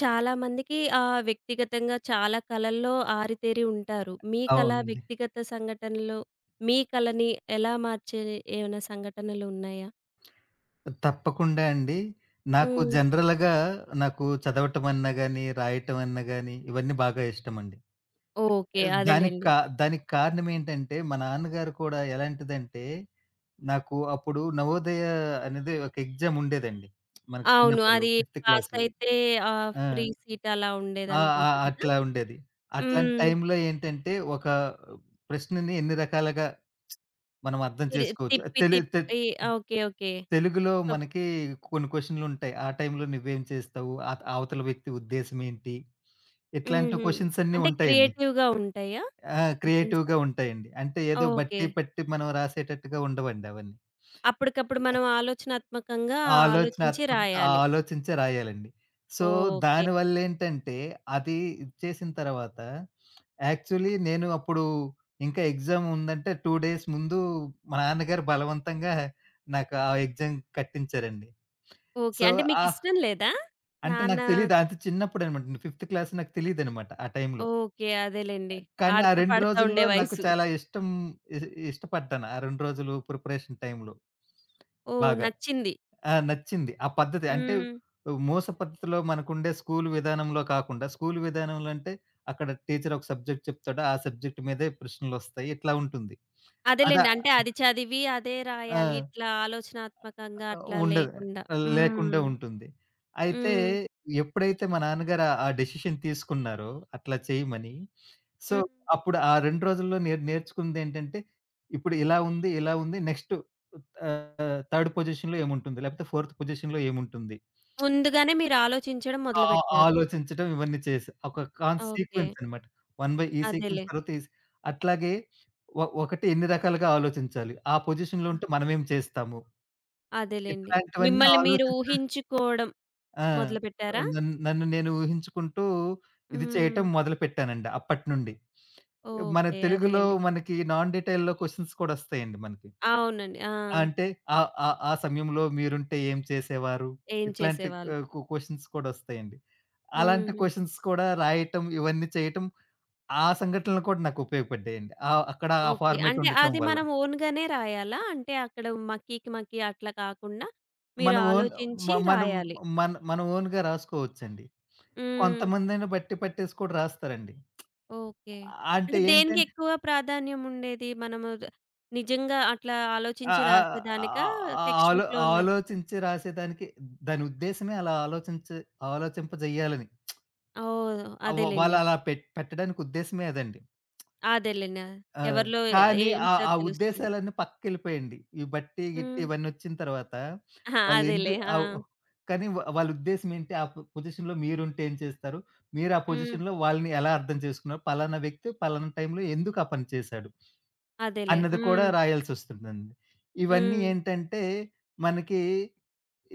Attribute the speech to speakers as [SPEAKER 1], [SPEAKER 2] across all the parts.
[SPEAKER 1] చాలామందికి వ్యక్తిగతంగా చాలా కలల్లో ఆరితేరి ఉంటారు. మీ కళ,
[SPEAKER 2] అవునండి.
[SPEAKER 1] వ్యక్తిగత సంఘటనలు మీ కళని ఎలా మార్చే ఏమైనా సంఘటనలు ఉన్నాయా?
[SPEAKER 2] తప్పకుండా అండి. నాకు
[SPEAKER 1] హ్మ్.
[SPEAKER 2] జనరల్‌గా నాకు చదవటం అన్నా గాని, రాయటం అన్నా గాని ఇవన్నీ బాగా ఇష్టమండి.
[SPEAKER 1] ఓకే.
[SPEAKER 2] ఆహ్, దానికి
[SPEAKER 1] అదేలెండి.
[SPEAKER 2] కా దానికి కారణం ఏంటంటే, మా నాన్నగారు కూడా ఎలాంటిదంటే, నాకు అప్పుడు నవోదయ అనేది ఒక ఎగ్జామ్ ఉండేదండి. మనకు
[SPEAKER 1] అవును.
[SPEAKER 2] చిన్నప్పుడు
[SPEAKER 1] అది
[SPEAKER 2] ఫిఫ్త్
[SPEAKER 1] పాస్
[SPEAKER 2] క్లాస్‌లో.
[SPEAKER 1] అయితే
[SPEAKER 2] ఆ!
[SPEAKER 1] ఫ్రీ సీట్ అలా
[SPEAKER 2] ఆ! ఆ!
[SPEAKER 1] ఉండేదనుకుంటా కదా!
[SPEAKER 2] అట్లా ఉండేది. అట్లాంటి
[SPEAKER 1] హ్మ్.
[SPEAKER 2] టైంలో ఏంటంటే, ఒక ప్రశ్నని ఎన్ని రకాలుగా మనం అర్థం చేసుకోవచ్చు.
[SPEAKER 1] తిప్పి
[SPEAKER 2] తెలి తె
[SPEAKER 1] తిప్పి ఆ, ఓకే. ఓకే.
[SPEAKER 2] తెలుగులో
[SPEAKER 1] ఒక
[SPEAKER 2] మనకి కొన్ని క్వెషన్‌లుంటాయి. ఆ టైంలో నువ్వేం చేస్తావు? అవతల వ్యక్తి ఉద్దేశ్యం ఏంటి? ఇట్లాంటి
[SPEAKER 1] హుహు.
[SPEAKER 2] క్వెషన్స్ అన్నీ
[SPEAKER 1] అంటే
[SPEAKER 2] ఉంటాయండి.
[SPEAKER 1] క్రియేటివ్‌గా ఉంటాయా
[SPEAKER 2] ఆ!
[SPEAKER 1] క్వెషన్స్?
[SPEAKER 2] క్రియేటివ్‌గా ఉంటాయండి. అంటే ఏదో
[SPEAKER 1] ఓకే.
[SPEAKER 2] బట్టి పట్టి మనం రాసేటట్టుగా ఉండవండి అవన్నీ.
[SPEAKER 1] అప్పటికప్పుడు మనం ఆలోచనాత్మకంగా ఆలోచించి
[SPEAKER 2] ఆలోచనాత్మకంగా
[SPEAKER 1] రాయాలి.
[SPEAKER 2] ఆలోచించే రాయాలండి. So,
[SPEAKER 1] okay.
[SPEAKER 2] దానివల్లేంటంటే అది ఇచ్చేసిన తర్వాత యాక్చువల్లీ నేను అప్పుడు ఇంకా ఎగ్జామ్ ఉందంటే 2 డేస్ ముందు మా నాన్నగారు బలవంతంగా నాకు ఆ ఎగ్జామ్ కట్టించారండి.
[SPEAKER 1] ఓకే.
[SPEAKER 2] సో,
[SPEAKER 1] అంటే
[SPEAKER 2] ఆ
[SPEAKER 1] మీకిష్టం లేదా?
[SPEAKER 2] అంటే
[SPEAKER 1] నాన్న
[SPEAKER 2] నాకు తెలీదు. అది చిన్నప్పుడనమాట. నేను ఫిఫ్త్ క్లాస్ నాకు తెలీదనమాట ఆ టైంలో.
[SPEAKER 1] ఓకే. అదేలెండి.
[SPEAKER 2] కానీ ఆ
[SPEAKER 1] ఆడతా
[SPEAKER 2] 2
[SPEAKER 1] పాడుతా ఉండే
[SPEAKER 2] రోజుల్లో నాకు
[SPEAKER 1] వయసు.
[SPEAKER 2] చాలా ఇష్టం ఇ ఇష్టపడ్డాను. ఆ 2 రోజులు ప్రిపరేషన్ టైంలో.
[SPEAKER 1] ఓహ్!
[SPEAKER 2] బాగా.
[SPEAKER 1] నచ్చింది.
[SPEAKER 2] ఆ! నచ్చింది. ఆ పద్ధతి. అంటే
[SPEAKER 1] హ్మ్.
[SPEAKER 2] మూస పద్ధతిలో మనకుండే స్కూలు విధానంలో కాకుండా, స్కూలు విధానంలో అంటే అక్కడ టీచర్ ఒక సబ్జెక్ట్ చెప్తాడు. ఆ సబ్జెక్ట్ మీదే ప్రశ్నలొస్తాయి. ఇట్లా ఉంటుంది. అదా
[SPEAKER 1] అదేలెండి. అంటే అది చదివి, అదే రాయాలి.
[SPEAKER 2] ఆ!
[SPEAKER 1] ఇట్లా ఆలోచనాత్మకంగా
[SPEAKER 2] ఆ!
[SPEAKER 1] అట్లా
[SPEAKER 2] ఉండదు.
[SPEAKER 1] లేకుండా. హ్మ్.
[SPEAKER 2] లేకుండా ఉంటుంది. అయితే
[SPEAKER 1] హ్మ్.
[SPEAKER 2] ఎప్పుడైతే మా నాన్నగారు ఆ డెసిషన్ తీసుకున్నారో అట్లా చేయమని, సో,
[SPEAKER 1] హ్మ్.
[SPEAKER 2] అప్పుడు ఆ 2 రోజుల్లో నేను నేర్చుకుందేంటంటే, ఇప్పుడు ఇలా ఉంది, ఇలా ఉంది. నెక్స్ట్ థర్డ్ పొజిషన్‌లో ఏముంటుంది? లేకపోతే ఫోర్త్ పొజిషన్‌లో ఏముంటుంది?
[SPEAKER 1] ముందుగానే మీరు ఆలోచించడం
[SPEAKER 2] ఆ ఆ
[SPEAKER 1] మొదలుపెట్టారు.
[SPEAKER 2] ఆలోచించడం ఇవన్నీ చేశా. ఒక
[SPEAKER 1] ఓకే.
[SPEAKER 2] సీక్వెన్స్ అనమాట. 1 బై ఈ
[SPEAKER 1] అదేలే.
[SPEAKER 2] సీక్వెన్స్ తర్వాత ఈ అట్లాగే ఒకటి ఎన్ని రకాలుగా ఆలోచించాలి? ఆ పొజిషన్‌లో
[SPEAKER 1] ఆ!
[SPEAKER 2] ఉంటే మనమేం చేస్తాము?
[SPEAKER 1] అదేలెండి.
[SPEAKER 2] ఇట్లాంటివన్నీ
[SPEAKER 1] మిమ్మల్ని మీరు
[SPEAKER 2] ఆలోచించడం.
[SPEAKER 1] ఊహించుకోవడం
[SPEAKER 2] ఆ!
[SPEAKER 1] మొదలుపెట్టారా?
[SPEAKER 2] నన్ను నేను ఊహించుకుంటూ ఇది
[SPEAKER 1] హ్మ్.
[SPEAKER 2] చేయటం మొదలుపెట్టానండి అప్పటినుండి. మన
[SPEAKER 1] ఓకే.
[SPEAKER 2] తెలుగులో
[SPEAKER 1] అదేలెండి.
[SPEAKER 2] మనకి నాన్ డీటెయిల్‌లో క్వెషన్స్ కూడా వస్తాయండి మనకి.
[SPEAKER 1] అవునండి. ఆ!
[SPEAKER 2] అంటే ఆ ఆ ఆ సమయంలో మీరుంటే ఏం చేసేవారు?
[SPEAKER 1] ఏం
[SPEAKER 2] ఇట్లాంటి
[SPEAKER 1] చేసేవాళ్ళు.
[SPEAKER 2] ఆహ్, క్వ క్వెషన్స్ కూడా వస్తాయండి. అలాంటి
[SPEAKER 1] హుహు.
[SPEAKER 2] క్వెషన్స్ కూడా రాయటం ఇవన్నీ చేయటం ఆ సంఘటనలు కూడా నాకు ఉపయోగపడ్డాయండి. అక్కడ ఆ
[SPEAKER 1] ఓకే.
[SPEAKER 2] ఫార్మాట్
[SPEAKER 1] అంటే
[SPEAKER 2] ఉండటం
[SPEAKER 1] అది
[SPEAKER 2] వల్ల.
[SPEAKER 1] మనం ఓన్‌గానే రాయాలా? అంటే అక్కడ మక్కీకి మక్కీ అట్లా కాకుండా మీరు
[SPEAKER 2] మన ఓన్
[SPEAKER 1] ఆలోచించి
[SPEAKER 2] మ మనం
[SPEAKER 1] రాయాలి.
[SPEAKER 2] మన మన ఓన్‌గా రాసుకోవచ్చండి.
[SPEAKER 1] హ్మ్.
[SPEAKER 2] కొంతమందేమో బట్టి పట్టేసి కూడా రాస్తారండి.
[SPEAKER 1] ఓకే.
[SPEAKER 2] అంటే
[SPEAKER 1] అంటే
[SPEAKER 2] ఏంటంటే
[SPEAKER 1] దేనికి ఎక్కువ ప్రాధాన్యం ఉండేది? మనము ద నిజంగా అట్లా ఆలోచించి
[SPEAKER 2] ఆహ్, ఆహ్,
[SPEAKER 1] రాసేదానికా
[SPEAKER 2] ఆహ్, ఆహ్,
[SPEAKER 1] టెక్స్ట్
[SPEAKER 2] ఆలో
[SPEAKER 1] బుక్‌లో ఉన్నది?
[SPEAKER 2] ఆలోచించి రాసేదానికి దాని ఉద్దేశ్యమే అలా ఆలోచించి ఆలోచింపజేయాలని.
[SPEAKER 1] ఓహ్!
[SPEAKER 2] ఆహ్, వ
[SPEAKER 1] అదేలెండి.
[SPEAKER 2] వాళ్ళలా పెట్టడానికి ఉద్దేశ్యమే అదండి.
[SPEAKER 1] అదేలెండి. ఆ!
[SPEAKER 2] ఆ!
[SPEAKER 1] ఎవరిలో
[SPEAKER 2] కానీ ఆ
[SPEAKER 1] ఏంటో
[SPEAKER 2] ఆ
[SPEAKER 1] తెలుస్తుంది.
[SPEAKER 2] ఉద్దేశాలన్నీ పక్కకెళ్ళిపోయాయండి. ఈ బట్టి, గిట్టి
[SPEAKER 1] హ్మ్.
[SPEAKER 2] ఇవన్నొచ్చిన తర్వాత
[SPEAKER 1] అహా! అదేలే. ఆ!
[SPEAKER 2] ఓహ్! కానీ వాళ్ళ ఉద్దేశ్యం ఏంటి? ఆ పొజిషన్‌లో మీరుంటే ఏం చేస్తారు? మీరు ఆ
[SPEAKER 1] హ్మ్.
[SPEAKER 2] పొజిషన్‌లో వాళ్ళని ఎలా అర్థం చేసుకున్నారు? పలానా వ్యక్తి పలానా టైంలో ఎందుకు ఆ పని చేశాడు?
[SPEAKER 1] అదేలే.
[SPEAKER 2] అన్నది
[SPEAKER 1] హ్మ్.
[SPEAKER 2] కూడా రాయాల్సొస్తుందండి. ఇవన్నీ
[SPEAKER 1] హ్మ్.
[SPEAKER 2] ఏంటంటే, మనకి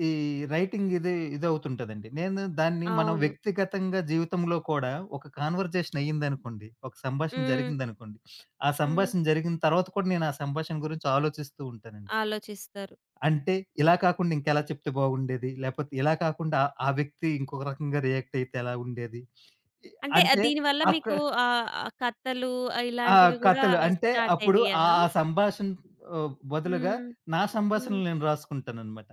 [SPEAKER 2] ఈ రైటింగ్ ఇదవుతుంటదండి. నేను దాన్ని మనం
[SPEAKER 1] అవును.
[SPEAKER 2] వ్యక్తిగతంగా జీవితంలో కూడా ఒక కన్వర్జేషన్ అయ్యిందనుకోండి, ఒక సంభాషణ
[SPEAKER 1] హ్మ్.
[SPEAKER 2] జరిగిందనుకోండి, ఆ
[SPEAKER 1] హ్మ్.
[SPEAKER 2] సంభాషణ జరిగిన తర్వాత కూడా నేను ఆ సంభాషణ గురించి ఆలోచిస్తూ ఉంటానండి.
[SPEAKER 1] ఆలోచిస్తారు.
[SPEAKER 2] అంటే ఇలా కాకుండా ఇంకెలా చెప్తే బాగుండేది? లేపోతే ఇలా కాకుండా ఆ ఆ వ్యక్తి ఇంకొక రకంగా రియాక్ట్ అయితే ఎలా ఉండేది? ఇ
[SPEAKER 1] అంటే
[SPEAKER 2] అంటే
[SPEAKER 1] దీనివల్ల
[SPEAKER 2] అక్కడ
[SPEAKER 1] మీకు ఆహ్, ఆహ్, కథలు
[SPEAKER 2] ఆ!
[SPEAKER 1] ఇలాంటివి గూడా
[SPEAKER 2] కథలు. అంటే
[SPEAKER 1] స్టార్ట్
[SPEAKER 2] అప్పుడు
[SPEAKER 1] అయినయ్యా?
[SPEAKER 2] ఆ ఆ సంభాషణ బదులుగా
[SPEAKER 1] హ్మ్.
[SPEAKER 2] నా
[SPEAKER 1] హ్మ్.
[SPEAKER 2] సంభాషణలు నేను రాసుకుంటాననమాట.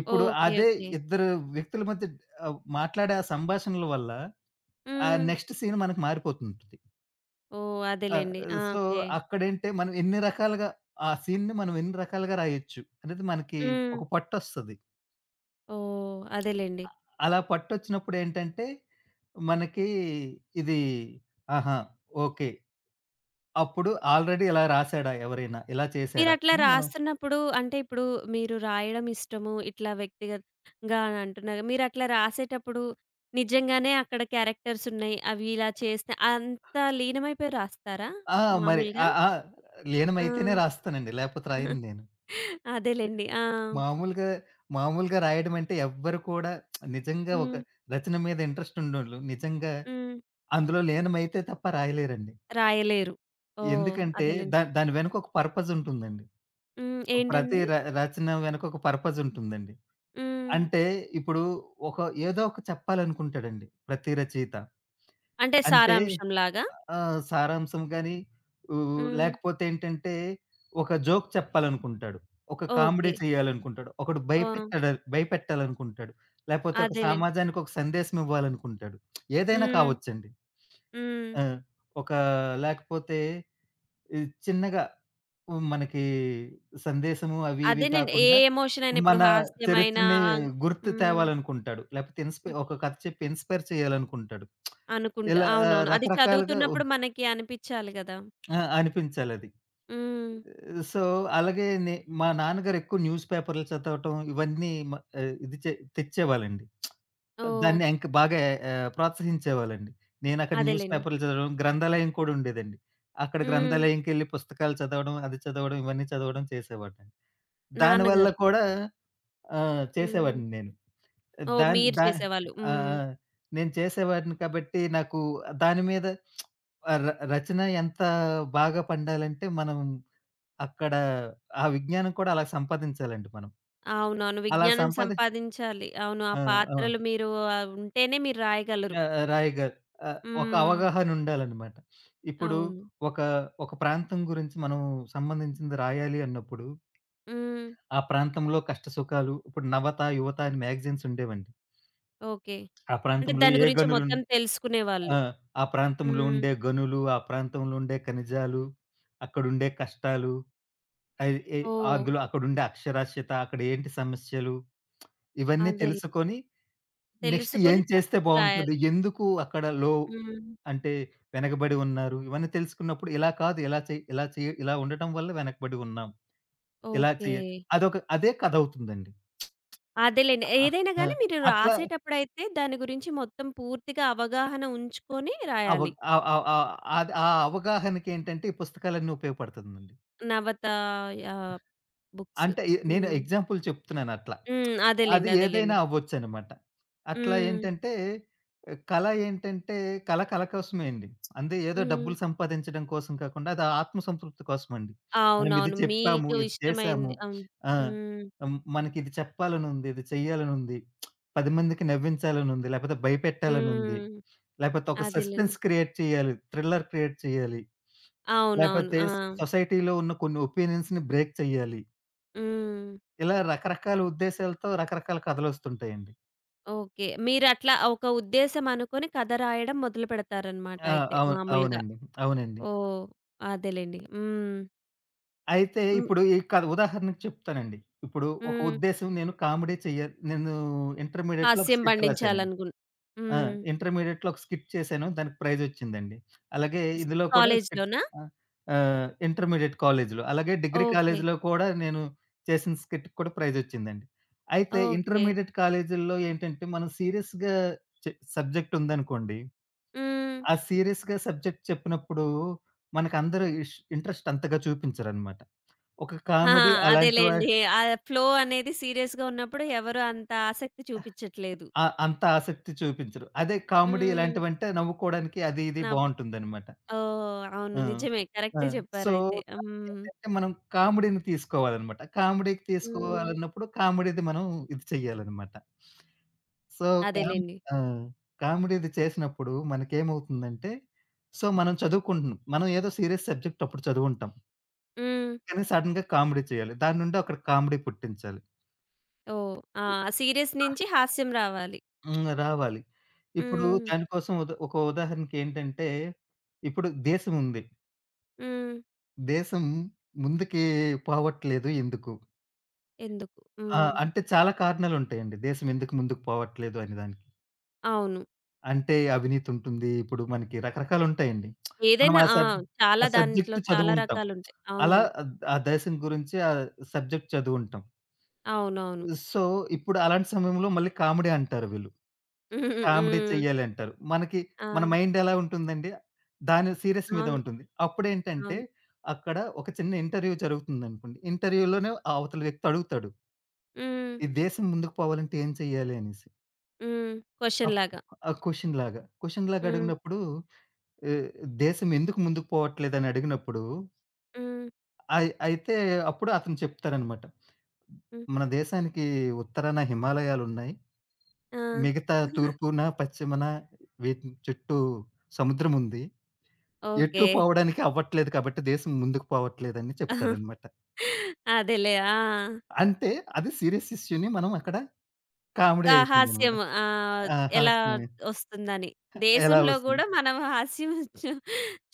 [SPEAKER 2] ఇప్పుడు
[SPEAKER 1] ఓకే.
[SPEAKER 2] అదే
[SPEAKER 1] ఓకే.
[SPEAKER 2] ఇద్దరు వ్యక్తుల మధ్య మాట్లాడే ఆ సంభాషణల వల్ల ఆ
[SPEAKER 1] హ్మ్.
[SPEAKER 2] నెక్స్ట్ సీన్ మనకు మారిపోతుంటది.
[SPEAKER 1] ఓహ్!
[SPEAKER 2] ఆ!
[SPEAKER 1] అదేలెండి. ఆ!
[SPEAKER 2] So,
[SPEAKER 1] okay.
[SPEAKER 2] అక్కడేంటే మనం ఎన్ని రకాలుగా ఆ సీన్‌ని మనం ఎన్ని రకాలుగా రాయొచ్చు అనేది మనకి
[SPEAKER 1] హ్మ్.
[SPEAKER 2] ఒక పట్టొస్తది.
[SPEAKER 1] ఓహ్! అదేలెండి.
[SPEAKER 2] అలా పట్టొచ్చినప్పుడేంటంటే మనకి ఇది ఆహా! ఓకే. అప్పుడు ఆల్రెడీ ఇలా రాసాడా ఎవరైనా? ఇలా చేసాడా?
[SPEAKER 1] మీరట్లా
[SPEAKER 2] అని మనం
[SPEAKER 1] రాస్తున్నప్పుడు అంటే ఇప్పుడు మీరు రాయడం ఇష్టము, ఇట్లా వ్యక్తిగతంగా అని అంటున్నారు. మీరట్లా రాసేటప్పుడు నిజంగానే అక్కడ క్యారెక్టర్స్ ఉన్నాయి. అవి ఇలా చేస్తే అంత లీనమైపోయి రాస్తారా
[SPEAKER 2] ఆ! మరి ఆ!
[SPEAKER 1] మామూలుగా?
[SPEAKER 2] ఆ!
[SPEAKER 1] ఆ!
[SPEAKER 2] లీనమైతేనే రాస్తానండి. లేపోతే రాయను నేను.
[SPEAKER 1] అదేలెండి. ఆ!
[SPEAKER 2] మామూలుగా, మామూలుగా రాయడం అంటే ఎవ్వరు కూడా నిజంగా ఒక
[SPEAKER 1] హ్మ్.
[SPEAKER 2] రచన మీద ఇంట్రెస్ట్ ఉన్నోళ్ళు నిజంగా
[SPEAKER 1] హ్మ్.
[SPEAKER 2] అందులో లీనమైతే తప్ప రాయలేరండి.
[SPEAKER 1] రాయలేరు. ఓహ్!
[SPEAKER 2] ఎందుకంటే
[SPEAKER 1] అదేలెండి.
[SPEAKER 2] దాని వెనక ఒక పర్పస్ ఉంటుందండి.
[SPEAKER 1] హ్మ్.
[SPEAKER 2] ప్రతి
[SPEAKER 1] ఏంటండి?
[SPEAKER 2] రచన వెనక ఒక పర్పస్ ఉంటుందండి.
[SPEAKER 1] హ్మ్.
[SPEAKER 2] అంటే ఇప్పుడు ఒక ఏదో ఒక చెప్పాలనుకుంటాడండి ప్రతి రచయిత.
[SPEAKER 1] అంటే
[SPEAKER 2] అంటే
[SPEAKER 1] సారాంశంలాగా?
[SPEAKER 2] ఆ! సారాంశం గాని ఊ
[SPEAKER 1] హ్మ్.
[SPEAKER 2] లేకపోతే ఏంటంటే ఒక జోక్ చెప్పాలనుకుంటాడు. ఒక కామెడీ
[SPEAKER 1] ఓకే.
[SPEAKER 2] చేయాలనుకుంటాడు. ఒకడు
[SPEAKER 1] ఆ!
[SPEAKER 2] భయపెట్టాడ భయపెట్టాలనుకుంటాడు. లేపోతే ఒక
[SPEAKER 1] అదేలెండి.
[SPEAKER 2] సమాజానికి ఒక సందేశం ఇవ్వాలనుకుంటాడు. ఏదైనా
[SPEAKER 1] హ్మ్.
[SPEAKER 2] కావచ్చండి.
[SPEAKER 1] హ్మ్.
[SPEAKER 2] ఆ! ఒక లేకపోతే ఈ చిన్నగా మనకి సందేశము అవి ఇవి
[SPEAKER 1] అదేనండి. ఏ
[SPEAKER 2] కాకుండా
[SPEAKER 1] ఎమోషన్ అయినా ఇప్పుడు
[SPEAKER 2] మన
[SPEAKER 1] హాస్యమైన
[SPEAKER 2] చరిత్రని
[SPEAKER 1] ఆహ్,
[SPEAKER 2] గుర్తు
[SPEAKER 1] హ్మ్.
[SPEAKER 2] తేవాలనుకుంటాడు. లేపోతే
[SPEAKER 1] హ్మ్.
[SPEAKER 2] ఒక కథ చెప్పి ఇన్‌స్పైర్ చేయాలనుకుంటాడు.
[SPEAKER 1] అనుకుంటా.
[SPEAKER 2] ఇలా
[SPEAKER 1] అవునవును. అది
[SPEAKER 2] రకరకాలుగా
[SPEAKER 1] చదువుతున్నప్పుడు మనకి అనిపిచ్చాలి గదా!
[SPEAKER 2] ఆ! అనిపించాలది.
[SPEAKER 1] హ్మ్.
[SPEAKER 2] సో, అలాగే మా నాన్నగారు ఎక్కువ న్యూస్ పేపర్లు చదవటం ఇవన్నీ మ ఆహ్, ఇది చే తెచ్చేవాళ్ళండి.
[SPEAKER 1] ఓహ్!
[SPEAKER 2] దాన్ని ఇంక బాగా ప్రోత్సహించేవాళ్ళండి. నేనక్కడ న్యూస్
[SPEAKER 1] అదేలెండి.
[SPEAKER 2] పేపర్లు చదవడం, గ్రంథాలయం కూడా ఉండేదండి. అక్కడ
[SPEAKER 1] హ్మ్.
[SPEAKER 2] గ్రంథాలయంకెళ్ళి పుస్తకాలు చదవడం, అది చదవడం, ఇవన్నీ చదవడం చేసేవాడినండి. దానివల్ల
[SPEAKER 1] నాన్నగారు.
[SPEAKER 2] కూడా
[SPEAKER 1] హ్మ్.
[SPEAKER 2] చేసేవాడిని నేను.
[SPEAKER 1] ఓహ్!
[SPEAKER 2] దాన్
[SPEAKER 1] మీరు
[SPEAKER 2] దా
[SPEAKER 1] చేసేవాళ్ళు.
[SPEAKER 2] ఆ!
[SPEAKER 1] హ్మ్.
[SPEAKER 2] ఆ! నేను చేసేవాడిని కాబట్టి నాకు దాని మీద రచన ఎంత బాగా పండాలంటే మనం అక్కడ ఆ విజ్ఞానం కూడా అలా సంపాదించాలండి మనం.
[SPEAKER 1] అవునవును.
[SPEAKER 2] అలా
[SPEAKER 1] విజ్ఞానం
[SPEAKER 2] సంపాది
[SPEAKER 1] సంపాదించాలి. అవును. ఆ
[SPEAKER 2] ఆ! ఆ!
[SPEAKER 1] పాత్రలు మీరు ఉంటేనే మీరు రాయగలరు.
[SPEAKER 2] ఆ! రాయగల్ ఒక
[SPEAKER 1] హ్మ్.
[SPEAKER 2] అవగాహన ఉండాలనమాట. ఇప్పుడు
[SPEAKER 1] అవును.
[SPEAKER 2] ఒక, ఒక ప్రాంతం గురించి మనం సంబంధించింది రాయాలి అన్నప్పుడు,
[SPEAKER 1] హ్మ్.
[SPEAKER 2] ఆ ప్రాంతంలో కష్ట సుఖాలు ఇప్పుడు 'నవత, యువత' అని మ్యాగజైన్స్ ఉండేవండి.
[SPEAKER 1] ఓకే.
[SPEAKER 2] ఆ
[SPEAKER 1] అంటే
[SPEAKER 2] ప్రాంతంలో
[SPEAKER 1] దాని
[SPEAKER 2] ఏ
[SPEAKER 1] గురించి మొత్తం
[SPEAKER 2] గనులున్నా
[SPEAKER 1] తెలుసుకునేవాళ్ళు.
[SPEAKER 2] ఆ! ఆ ప్రాంతంలో
[SPEAKER 1] హ్మ్.
[SPEAKER 2] ఉండే గనులు, ఆ ప్రాంతంలో ఉండే ఖనిజాలు, అక్కడుండే కష్టాలు, అయి ఎ
[SPEAKER 1] ఓహ్!
[SPEAKER 2] అందులో అక్కడుండే అక్షరాస్యత, అక్కడ ఏంటి సమస్యలు, ఇవన్నీ
[SPEAKER 1] అదేలే.
[SPEAKER 2] తెలుసుకొని నెక్స్ట్
[SPEAKER 1] తెలుసుకొని
[SPEAKER 2] ఏం చేస్తే
[SPEAKER 1] దానికి రాయాలి.
[SPEAKER 2] బావుంటది? ఎందుకు అక్కడ
[SPEAKER 1] హ్మ్.
[SPEAKER 2] అంటే వెనకబడి ఉన్నారు? ఇవన్నీ తెలుసుకున్నప్పుడు ఇలా కాదు, ఇలా ఉండటం వల్ల వెనకబడి ఉన్నాం. ఇలా
[SPEAKER 1] ఓకే.
[SPEAKER 2] చెయ్య అదొక అదే కథవుతుందండి.
[SPEAKER 1] అదేలెండి.
[SPEAKER 2] ఆహ్,
[SPEAKER 1] ఏదైనా
[SPEAKER 2] ఆ! ఆ,
[SPEAKER 1] గాని మీరు
[SPEAKER 2] అట్లా
[SPEAKER 1] రాసేటప్పుడైతే దాని గురించి మొత్తం పూర్తిగా అవగాహన ఉంచుకొని
[SPEAKER 2] అవ
[SPEAKER 1] రాయాలి.
[SPEAKER 2] ఆహ్, ఆహ్, ఆహ్, అది ఆ అవగాహనకేంటంటే ఈ పుస్తకాలన్నీ ఉపయోగపడుతుందండి.
[SPEAKER 1] నవత యాహ్! బుక్స్.
[SPEAKER 2] అంటే నేను
[SPEAKER 1] హ్మ్.
[SPEAKER 2] ఎగ్జాంపుల్ చెప్తున్నానట్లా.
[SPEAKER 1] హ్మ్.
[SPEAKER 2] అది
[SPEAKER 1] అదేలెండి.
[SPEAKER 2] ఏదైనా
[SPEAKER 1] అదేలెండి.
[SPEAKER 2] అవ్వొచ్చనమాట. అట్లా
[SPEAKER 1] హ్మ్.
[SPEAKER 2] ఏంటంటే ఆహ్, కళ ఏంటంటే కళ కళ కోసమే అండి. అందే ఏదో
[SPEAKER 1] హ్మ్.
[SPEAKER 2] డబ్బులు సంపాదించడం కోసం కాకుండా అది ఆత్మ సంతృప్తి కోసమండి. మనం ఇది
[SPEAKER 1] అవునవును.
[SPEAKER 2] చెప్పాము,
[SPEAKER 1] మీకు
[SPEAKER 2] ఇది చేశాము.
[SPEAKER 1] ఇష్టమైంది. అవును.
[SPEAKER 2] ఆ!
[SPEAKER 1] హ్మ్.
[SPEAKER 2] హ్మ్. మనకిది చెప్పాలనుంది, ఇది చెయ్యాలనుంది, 10 మందికి నవ్వించాలనుంది, లేపోతే భయపెట్టాలనుంది,
[SPEAKER 1] హ్మ్.
[SPEAKER 2] లేపోతే ఒక
[SPEAKER 1] అదేలెండి.
[SPEAKER 2] సస్పెన్స్ క్రియేట్ చేయాలి, థ్రిల్లర్ క్రియేట్ చేయాలి,
[SPEAKER 1] అవునవును.
[SPEAKER 2] లేపోతే
[SPEAKER 1] ఆ!
[SPEAKER 2] సొసైటీలో ఉన్న కొన్ని ఒపీనియన్స్‌ని బ్రేక్ చెయ్యాలి.
[SPEAKER 1] హ్మ్.
[SPEAKER 2] ఇలా రకరకాల ఉద్దేశాలతో రకరకాల కథలొస్తుంటాయండి.
[SPEAKER 1] ఓకే. మీరట్లా ఒక ఉద్దేశ్యం అనుకుని కథ రాయడం మొదలు పెడతారనమాట
[SPEAKER 2] ఆ!
[SPEAKER 1] అయితే
[SPEAKER 2] అవును.
[SPEAKER 1] మామూలుగా.
[SPEAKER 2] అవునండి. అవునండి.
[SPEAKER 1] ఓహ్! అదేలెండి. హ్మ్.
[SPEAKER 2] అయితే
[SPEAKER 1] హ్మ్.
[SPEAKER 2] ఇప్పుడు ఈ కథ ఉదాహరణకు చెప్తానండి. ఇప్పుడు ఒక
[SPEAKER 1] హ్మ్.
[SPEAKER 2] ఉద్దేశ్యం నేను కామెడీ చెయ్యాలి. నేను ఇంటర్మీడియేట్‌లో ఒక
[SPEAKER 1] హాస్యం
[SPEAKER 2] స్కిట్ రాసానండి.
[SPEAKER 1] పండించాలనుకున్
[SPEAKER 2] ఆ!
[SPEAKER 1] హ్మ్.
[SPEAKER 2] ఇంటర్మీడియేట్‌లో ఒక స్కిట్ చేశాను. దానికి ప్రైజ్ వచ్చిందండి. అలాగే
[SPEAKER 1] స్
[SPEAKER 2] ఇందులో కూడా స్కిట్
[SPEAKER 1] కాలేజులోనా?
[SPEAKER 2] ఆహ్, ఆహ్, ఇంటర్మీడియేట్ కాలేజీలో. అలాగే డిగ్రీ
[SPEAKER 1] ఓకే.
[SPEAKER 2] కాలేజీలో కూడా నేను చేసిన స్కిట్‌కి కూడా ప్రైజ్ వచ్చిందండి. అయితే
[SPEAKER 1] ఓకే.
[SPEAKER 2] ఇంటర్మీడియేట్ కాలేజీల్లో ఏంటంటే మనం సీరియస్‌గా చె సబ్జెక్ట్ ఉందనుకోండి,
[SPEAKER 1] హ్మ్.
[SPEAKER 2] ఆ సీరియస్‌గా సబ్జెక్ట్ చెప్పినప్పుడు మనకందరూ ఇంట్రెస్ట్ అంతగా చూపించరనమాట. ఒక
[SPEAKER 1] ఆ!
[SPEAKER 2] కామెడీ అలాంటి వా
[SPEAKER 1] అదేలెండి. ఆ ఫ్లో అనేది సీరియస్‌గా ఉన్నప్పుడు ఎవరు అంత ఆసక్తి చూపిచ్చట్లేదు.
[SPEAKER 2] ఆ! అంత ఆసక్తి చూపించరు. అదే కామెడీ
[SPEAKER 1] హ్మ్.
[SPEAKER 2] ఇలాంటివంటే నవ్వుకోవడానికి అది ఇది
[SPEAKER 1] నవ్వు
[SPEAKER 2] బావుంటుందనమాట.
[SPEAKER 1] ఓహ్! అవును.
[SPEAKER 2] ఆ!
[SPEAKER 1] నిజమే.
[SPEAKER 2] ఆ!
[SPEAKER 1] కరెక్టే
[SPEAKER 2] సో,
[SPEAKER 1] చెప్పారయితే. హ్మ్.
[SPEAKER 2] దానికేంటంటే మనం కామెడీని తీసుకోవాలనమాట. కామెడీకి
[SPEAKER 1] హ్మ్.
[SPEAKER 2] తీసుకోవాలన్నప్పుడు కామెడీది మనం ఇది చెయ్యాలనమాట. సో, కామ్
[SPEAKER 1] అదేలెండి.
[SPEAKER 2] ఆ! కామెడీది చేసినప్పుడు మనకేమవుతుందంటే, సో, మనం చదువుకుంటున్నాం. మనం ఏదో సీరియస్ సబ్జెక్ట్ అప్పుడు చదువుంటాం.
[SPEAKER 1] హ్మ్.
[SPEAKER 2] కానీ సడెన్‌గా కామెడీ చేయాలి. దాని నుండి అక్కడ కామెడీ పుట్టించాలి.
[SPEAKER 1] ఓహ్! ఆ! సీరియస్ నుంచి హాస్యం రావాలి.
[SPEAKER 2] హ్మ్. రావాలి. ఇప్పుడు
[SPEAKER 1] హ్మ్.
[SPEAKER 2] దానికోసం ఒక ఉదాహరణకి ఏంటంటే, ఇప్పుడు దేశం ఉంది.
[SPEAKER 1] హ్మ్.
[SPEAKER 2] దేశం ముందుకి పోవట్లేదు ఎందుకు?
[SPEAKER 1] ఎందుకు?
[SPEAKER 2] ఆ!
[SPEAKER 1] హ్మ్.
[SPEAKER 2] అంటే చాలా కారణాలుంటాయండి. దేశం ఎందుకు ముందుకు పోవట్లేదు అనే దానికి.
[SPEAKER 1] అవును.
[SPEAKER 2] అంటే అవినీతి ఉంటుంది. ఇప్పుడు మనకి రకరకాలుంటాయండి. మనం
[SPEAKER 1] ఏదైనా ఆ! చాలా
[SPEAKER 2] ఆ
[SPEAKER 1] దాంట్లో
[SPEAKER 2] సబ్జెక్ట్
[SPEAKER 1] చాలా
[SPEAKER 2] చదువుంటాం.
[SPEAKER 1] రకాలుంటాయి.
[SPEAKER 2] అలా
[SPEAKER 1] అవును.
[SPEAKER 2] ఆ దేశం గురించి ఆ సబ్జెక్ట్ చదువుంటాం.
[SPEAKER 1] అవునవును.
[SPEAKER 2] సో, ఇప్పుడు అలాంటి సమయంలో మళ్ళీ కామెడీ అంటారు వీళ్ళు.
[SPEAKER 1] హ్మ్.
[SPEAKER 2] కామెడీ
[SPEAKER 1] హ్మ్.
[SPEAKER 2] చెయ్యాలంటారు. మనకి
[SPEAKER 1] ఆ!
[SPEAKER 2] మన మైండ్ ఎలా ఉంటుందండి? దాని సీరియస్ మీద
[SPEAKER 1] అవును.
[SPEAKER 2] ఉంటుంది. అప్పుడేంటంటే,
[SPEAKER 1] అవును.
[SPEAKER 2] అక్కడ ఒక చిన్న ఇంటర్వ్యూ జరుగుతుందనుకోండి. ఇంటర్వ్యూలోనే అవతల వ్యక్తి అడుగుతాడు.
[SPEAKER 1] హ్మ్.
[SPEAKER 2] "ఈ దేశం ముందుకు పోవాలంటే ఏం చెయ్యాలి?" అనేసి.
[SPEAKER 1] హ్మ్. క్వెషన్
[SPEAKER 2] అప్
[SPEAKER 1] లాగా.
[SPEAKER 2] ఆ క్వెషన్ లాగా. క్వెషన్ లాగా
[SPEAKER 1] హ్మ్.
[SPEAKER 2] అడిగినప్పుడు ఆహ్, దేశం ఎందుకు ముందుకు పోవట్లేదని అడిగినప్పుడు
[SPEAKER 1] హ్మ్.
[SPEAKER 2] అయితే అప్పుడు అతను చెప్తారనమాట.
[SPEAKER 1] హ్మ్.
[SPEAKER 2] "మన దేశానికి ఉత్తరాన హిమాలయాలున్నాయి.
[SPEAKER 1] ఆ!
[SPEAKER 2] మిగతా తూర్పున, పశ్చిమన వీటి చుట్టూ సముద్రముంది."
[SPEAKER 1] ఓకే.
[SPEAKER 2] ఎటు పోవడానికి అవ్వట్లేదు కాబట్టి దేశం ముందుకు పోవట్లేదని చెప్తాడనమాట.
[SPEAKER 1] అదేలే. ఆ!
[SPEAKER 2] అంటే అది సీరియస్ ఇష్యూని మనం అక్కడ కామెడీ
[SPEAKER 1] ఆ!
[SPEAKER 2] అయిపోయిందనమాట.
[SPEAKER 1] హాస్యం.
[SPEAKER 2] ఆ!
[SPEAKER 1] ఎలా
[SPEAKER 2] హాస్యం
[SPEAKER 1] ఒస్తుందని.
[SPEAKER 2] ఎలా
[SPEAKER 1] దేశంలో
[SPEAKER 2] వస్తుంది?
[SPEAKER 1] గూడా మనం హాస్యం చూ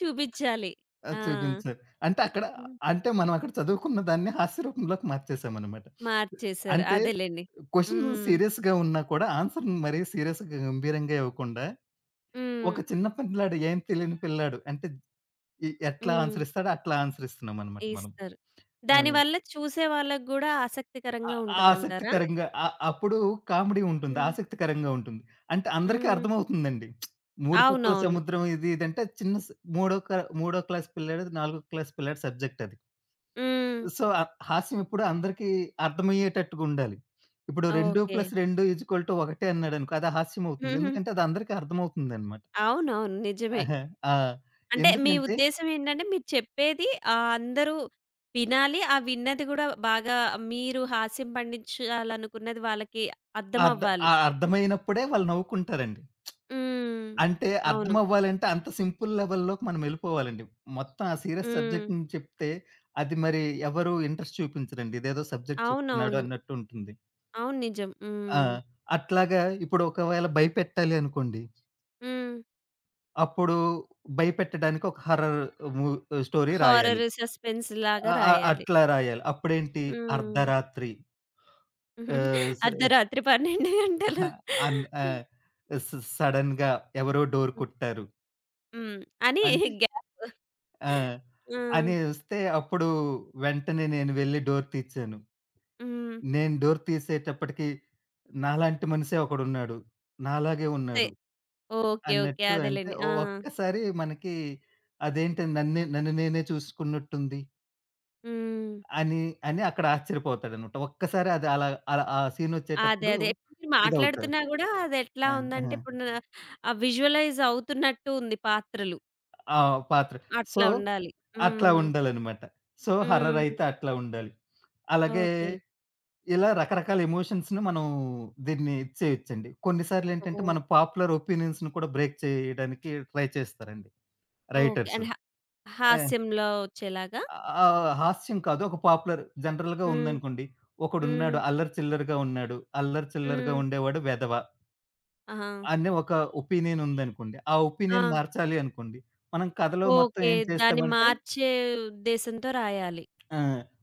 [SPEAKER 1] చూపిచ్చాలి.
[SPEAKER 2] ఆ!
[SPEAKER 1] ఆ!
[SPEAKER 2] చూపించారు. అంటే అక్కడ
[SPEAKER 1] హ్మ్.
[SPEAKER 2] అంటే మనం అక్కడ చదువుకున్న దాన్ని హాస్య రూపంలోకి మార్చేసామనమాట.
[SPEAKER 1] మార్చేశారు.
[SPEAKER 2] అంటే
[SPEAKER 1] అదేలెండి.
[SPEAKER 2] క్వెషన్
[SPEAKER 1] హ్మ్.
[SPEAKER 2] సీరియస్‌గా ఉన్నా కూడా ఆన్సర్‌ని మరీ సీరియస్‌గా గంభీరంగా ఇవ్వకుండా
[SPEAKER 1] హ్మ్.
[SPEAKER 2] ఒక చిన్న పిల్లాడు ఏం తెలియని పిల్లాడు అంటే ఎట్లా
[SPEAKER 1] హ్మ్.
[SPEAKER 2] ఆన్సర్ ఇస్తాడో అట్లా ఆన్సర్ ఇస్తున్నామనమాట మనం.
[SPEAKER 1] ఇస్తారు.
[SPEAKER 2] ఆ!
[SPEAKER 1] దానివల్ల చూసే వాళ్ళకి గూడా
[SPEAKER 2] ఆ
[SPEAKER 1] ఆసక్తికరంగా
[SPEAKER 2] ఆ
[SPEAKER 1] ఉంటదంటారా?
[SPEAKER 2] ఆసక్తికరంగా అ అప్పుడు కామెడీ ఉంటుంది.
[SPEAKER 1] హ్మ్.
[SPEAKER 2] ఆసక్తికరంగా ఉంటుంది. అంటే అందరికీ
[SPEAKER 1] హ్మ్.
[SPEAKER 2] అర్థమవుతుందండి. మూడు పక్కల
[SPEAKER 1] అవునవును.
[SPEAKER 2] సముద్రం ఇది ఇదంటే చిన్న స్ మూడో క మూడో క్లాస్ పిల్లాడిది, నాలుగో క్లాస్ పిల్లాడి సబ్జెక్ట్ అది.
[SPEAKER 1] హ్మ్.
[SPEAKER 2] సో, ఆ హాస్యం ఎప్పుడు అందరికీ అర్థమయ్యేటట్టుగా ఉండాలి. ఇప్పుడు 2
[SPEAKER 1] ఓకే.
[SPEAKER 2] + 2 = 1 అన్నాడనుకో అది హాస్యం అవుతుంది.
[SPEAKER 1] హుహు.
[SPEAKER 2] ఎందుకంటే అది అందరికీ అర్థమవుతుందన్నమాట.
[SPEAKER 1] అవునవును. నిజమే.
[SPEAKER 2] ఆహా! ఆ!
[SPEAKER 1] అంటే మీ
[SPEAKER 2] ఎందుకంటే
[SPEAKER 1] ఉద్దేశ్యం ఏంటంటే మీరు చెప్పేది అందరూ వినాలి. ఆ విన్నది గూడా బాగా మీరు హాస్యం పండించాలనుకున్నది వాళ్ళకి
[SPEAKER 2] ఆ అర్థ
[SPEAKER 1] అర్థమవ్వాలి.
[SPEAKER 2] ఆ అర్థమైనప్పుడే వాళ్ళు నవ్వుకుంటారండి.
[SPEAKER 1] హ్మ్.
[SPEAKER 2] అంటే
[SPEAKER 1] అవును.
[SPEAKER 2] అర్థమవ్వాలంటే అంత సింపుల్ లెవెల్‌లోకి మనం ఎళ్ళిపోవాలండి. మొత్తం ఆ సీరియస్
[SPEAKER 1] హ్మ్.
[SPEAKER 2] సబ్జెక్ట్‌ని చెప్తే అది మరి ఎవరు ఇంట్రెస్ట్ చూపించరండి. ఇదేదో సబ్జెక్ట్ చెప్తున్నాడు
[SPEAKER 1] అవునవును.
[SPEAKER 2] అన్నట్టు ఉంటుంది.
[SPEAKER 1] అవును. నిజం.
[SPEAKER 2] ఆ!
[SPEAKER 1] హ్మ్.
[SPEAKER 2] అట్లాగా ఇప్పుడు ఒకవేళ భయపెట్టాలి అనుకోండి.
[SPEAKER 1] హ్మ్.
[SPEAKER 2] అప్పుడు భయపెట్టడానికి ఒక హారర్ మూ స్టోరీ రాయాలి.
[SPEAKER 1] హారర్, సస్పెన్స్ లాగా
[SPEAKER 2] ఆహ్, ఆహ్,
[SPEAKER 1] రాయాలి.
[SPEAKER 2] అట్లా రాయాలి. అప్పుడేంటి
[SPEAKER 1] హ్మ్.
[SPEAKER 2] అర్ధరాత్రి ఆహ్, స
[SPEAKER 1] అర్ధరాత్రి 12 గంటలు.
[SPEAKER 2] అన్ ఆహ్, స సడెన్‌గా ఎవరో డోర్ కొట్టారు.
[SPEAKER 1] హ్మ్. అని
[SPEAKER 2] అంటే
[SPEAKER 1] గ్యాప్
[SPEAKER 2] ఆ!
[SPEAKER 1] ఆ!
[SPEAKER 2] అని వస్తే అప్పుడు వెంటనే నేను వెళ్లి డోర్ తీచ్చాను.
[SPEAKER 1] హ్మ్.
[SPEAKER 2] నేను డోర్ తీసేటప్పటికి నాలాంటి మనిషే ఒకడున్నాడు. నాలాగే
[SPEAKER 1] సే
[SPEAKER 2] ఉన్నాడు
[SPEAKER 1] ఓకే. ఓకే.
[SPEAKER 2] అన్నట్టు అంటే
[SPEAKER 1] అదేలెండి. ఆ!
[SPEAKER 2] ఒక్కసారి మనకి అదేంటి నన్ను నేనే చూసుకున్నట్టుంది
[SPEAKER 1] హ్మ్.
[SPEAKER 2] అని, అని అక్కడ ఆశ్చర్యపోతాడన్నమాట. ఒక్కసారి అది అలా అలా ఆ
[SPEAKER 1] అదే.
[SPEAKER 2] సీనొచ్చేటప్పుడు
[SPEAKER 1] అదే. మీరు
[SPEAKER 2] ఇదవుతారు.
[SPEAKER 1] మాట్లాడుతున్నా గూడా అదెట్లా
[SPEAKER 2] ఆ!
[SPEAKER 1] ఉందంటే
[SPEAKER 2] ఆ!
[SPEAKER 1] ఇప్పుడు న విజువలైజ్ అవుతున్నట్టు ఉంది పాత్రలు.
[SPEAKER 2] ఆ పాత్ర. సో,
[SPEAKER 1] అట్లా ఉండాలి.
[SPEAKER 2] అట్లా
[SPEAKER 1] హ్మ్.
[SPEAKER 2] ఉండాలన్నమాట. సో, హర్రర్
[SPEAKER 1] హ్మ్.
[SPEAKER 2] అయితే అట్లా ఉండాలి. అలాగే
[SPEAKER 1] ఓకే.
[SPEAKER 2] ఇలా రకరకాల ఎమోషన్స్‌ని మనం దీన్ని ఇది చేయొచ్చండి. కొన్నిసార్లు ఏంటంటే,
[SPEAKER 1] ఓహ్!
[SPEAKER 2] మన పాపులర్ ఒపీనియన్స్‌ని కూడా బ్రేక్ చేయడానికి ట్రై చేస్తారండి
[SPEAKER 1] ఓకే.
[SPEAKER 2] రైటర్స్.
[SPEAKER 1] అండ్ హ
[SPEAKER 2] ఏ
[SPEAKER 1] హాస్యంలో వచ్చేలాగా?
[SPEAKER 2] హాస్యం కాదు ఒక పాపులర్ జనరల్‌గా
[SPEAKER 1] హ్మ్.
[SPEAKER 2] ఉందనుకోండి.
[SPEAKER 1] హ్మ్.
[SPEAKER 2] ఒకడున్నాడు అల్లరి చిల్లరగా ఉన్నాడు. అల్లరి చిల్లరగా
[SPEAKER 1] హ్మ్.
[SPEAKER 2] ఉండేవాడు వెధవ
[SPEAKER 1] ఆహా!
[SPEAKER 2] అనే ఒక ఒపీనియన్ ఉందనుకోండి. ఆ
[SPEAKER 1] ఆ!
[SPEAKER 2] ఒపీనియన్ మార్చాలి అనుకోండి. మనం కథలో మొత్తం
[SPEAKER 1] ఓకే.
[SPEAKER 2] ఏం
[SPEAKER 1] దాన్ని
[SPEAKER 2] చేస్తామంటే
[SPEAKER 1] మార్చే ఉద్దేశంతో రాయాలి.
[SPEAKER 2] ఆ!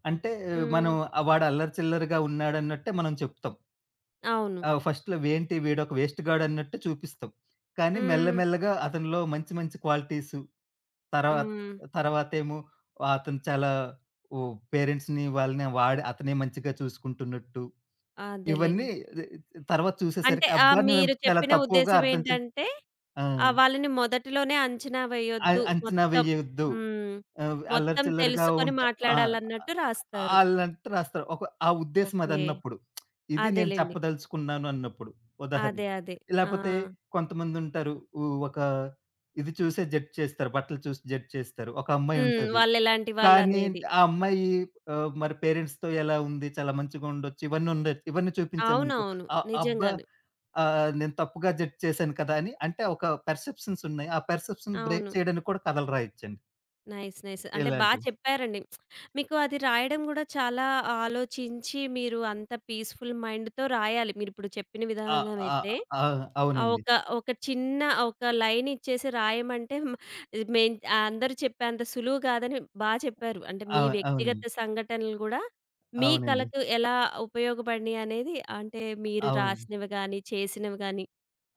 [SPEAKER 2] అంటే
[SPEAKER 1] హ్మ్.
[SPEAKER 2] మనం ఆ వాడు అల్లరి చిల్లరగా ఉన్నాడన్నట్టే మనం చెప్తాం.
[SPEAKER 1] అవును.
[SPEAKER 2] ఆ! ఫస్ట్‌లో ఏంటి వీడొక వేస్ట్ గాడు అన్నట్టు చూపిస్తాం. కానీ
[SPEAKER 1] హ్మ్.
[SPEAKER 2] మెల్లమెల్లగా అతనిలో మంచి మంచి క్వాలిటీసు, తర్వాత
[SPEAKER 1] హ్మ్.
[SPEAKER 2] తర్వాతేమో అతను చాలా ఓ పేరెంట్స్‌ని వాళ్ళని వాడు అతనే మంచిగా చూసుకుంటున్నట్టు
[SPEAKER 1] అదేలెండి.
[SPEAKER 2] ఇవన్నీ తర్వాత
[SPEAKER 1] అంటే
[SPEAKER 2] చూసేసరికి అబ్బాయిని మేము
[SPEAKER 1] మీరు
[SPEAKER 2] చాలా
[SPEAKER 1] చెప్పిన
[SPEAKER 2] తక్కువగా
[SPEAKER 1] ఉద్దేశ్యం
[SPEAKER 2] అర్థం చే
[SPEAKER 1] ఏంటంటే
[SPEAKER 2] ఆ!
[SPEAKER 1] ఆ! వాళ్ళని మొదటిలోనే అంచనా వేయొద్దు
[SPEAKER 2] అంచనా
[SPEAKER 1] మొత్తం.
[SPEAKER 2] వేయొద్దు.
[SPEAKER 1] హ్మ్.
[SPEAKER 2] ఆహ్, అల్లరి
[SPEAKER 1] మొత్తం
[SPEAKER 2] చిల్లరగా
[SPEAKER 1] తెలుసుకొని
[SPEAKER 2] ఉంటా ఆ!
[SPEAKER 1] మాట్లాడాలన్నట్టు రాస్తారు.
[SPEAKER 2] ఆళ్ళంతా రాస్తారు. ఒక ఆ ఉద్దేశ్యం
[SPEAKER 1] ఓకే.
[SPEAKER 2] అదన్నప్పుడు. ఇది నేను
[SPEAKER 1] అదేలెండి.
[SPEAKER 2] చెప్పదలుచుకున్నాను అన్నప్పుడు
[SPEAKER 1] అదే.
[SPEAKER 2] ఉదాహరణకి.
[SPEAKER 1] అదే. ఆ!
[SPEAKER 2] లేపోతే కొంతమందుంటారు. ఉ ఒక ఇది చూసే జడ్జ్ చేస్తారు. బట్టలు చూసి జడ్జ్ చేస్తారు. ఒక
[SPEAKER 1] హ్మ్.
[SPEAKER 2] అమ్మాయుంటది.
[SPEAKER 1] వాళ్ళెలాంటి
[SPEAKER 2] కానీ
[SPEAKER 1] వాళ్ళనేది.
[SPEAKER 2] ఆ అమ్మాయి మరి పేరెంట్స్‌తో ఎలా ఉంది? చాలా మంచిగుండొచ్చు. ఇవన్నీ ఉండొచ్చు. ఇవన్నీ చూపించామనుకో
[SPEAKER 1] అవునవును.
[SPEAKER 2] ఆ ఆ అబ్బా!
[SPEAKER 1] నిజంగానే.
[SPEAKER 2] నేను తప్పుగా జడ్జ్ చేశాను కదా! అని అంటే ఒక పెర్సెప్షన్స్ ఉన్నాయి. ఆ పెర్సెప్షన్ బ్రేక్
[SPEAKER 1] అవును.
[SPEAKER 2] చేయడానికి కూడా కథలు రాయొచ్చండి.
[SPEAKER 1] నైస్. నైస్. అంటే బా
[SPEAKER 2] ఇలాంటివి.
[SPEAKER 1] చెప్పారండి. మీకు అది రాయడం గూడా చాలా ఆలోచించి మీరు అంత పీస్‌ఫుల్ మైండ్‌తో రాయాలి. మీరిప్పుడు చెప్పిన
[SPEAKER 2] ఆ!
[SPEAKER 1] విధానం
[SPEAKER 2] ఆ!
[SPEAKER 1] అయితే.
[SPEAKER 2] ఆ!
[SPEAKER 1] ఆ!
[SPEAKER 2] అవునండి.
[SPEAKER 1] ఒక చిన్న ఒక లైన్ ఇచ్చేసి రాయమంటే హ్మ్, మేం అందరూ చెప్పేంత సులువు కాదని బా చెప్పారు. అంటే మీ వ్యక్తిగత
[SPEAKER 2] అవునండి.
[SPEAKER 1] సంఘటనలు గూడా మీ
[SPEAKER 2] అవునండి.
[SPEAKER 1] కళకు ఎలా ఉపయోగపడినియి అనేది అంటే మీరు
[SPEAKER 2] అవును.
[SPEAKER 1] రాసినవి గాని, చేసినవి గాని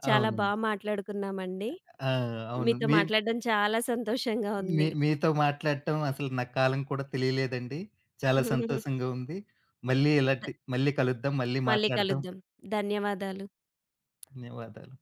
[SPEAKER 1] చాలా బా
[SPEAKER 2] అవునండి.
[SPEAKER 1] మాట్లాడుకున్నామండి.
[SPEAKER 2] ఆ! అవును.
[SPEAKER 1] మీతో
[SPEAKER 2] మీ
[SPEAKER 1] మాట్లాడడం చాలా సంతోషంగా
[SPEAKER 2] మీ
[SPEAKER 1] ఉంది.
[SPEAKER 2] మీతో మాట్లాడటం అసలు నా కాలం కూడా తెలియలేదండి. చాలా సంతోషంగా ఉంది. మళ్ళీ ఇలాంటి మళ్ళీ కలుద్దాం. మళ్ళీ
[SPEAKER 1] మళ్ళీ
[SPEAKER 2] మాట్లాడదాం.
[SPEAKER 1] కలుద్దాం. ధన్యవాదాలు.
[SPEAKER 2] ధన్యవాదాలు.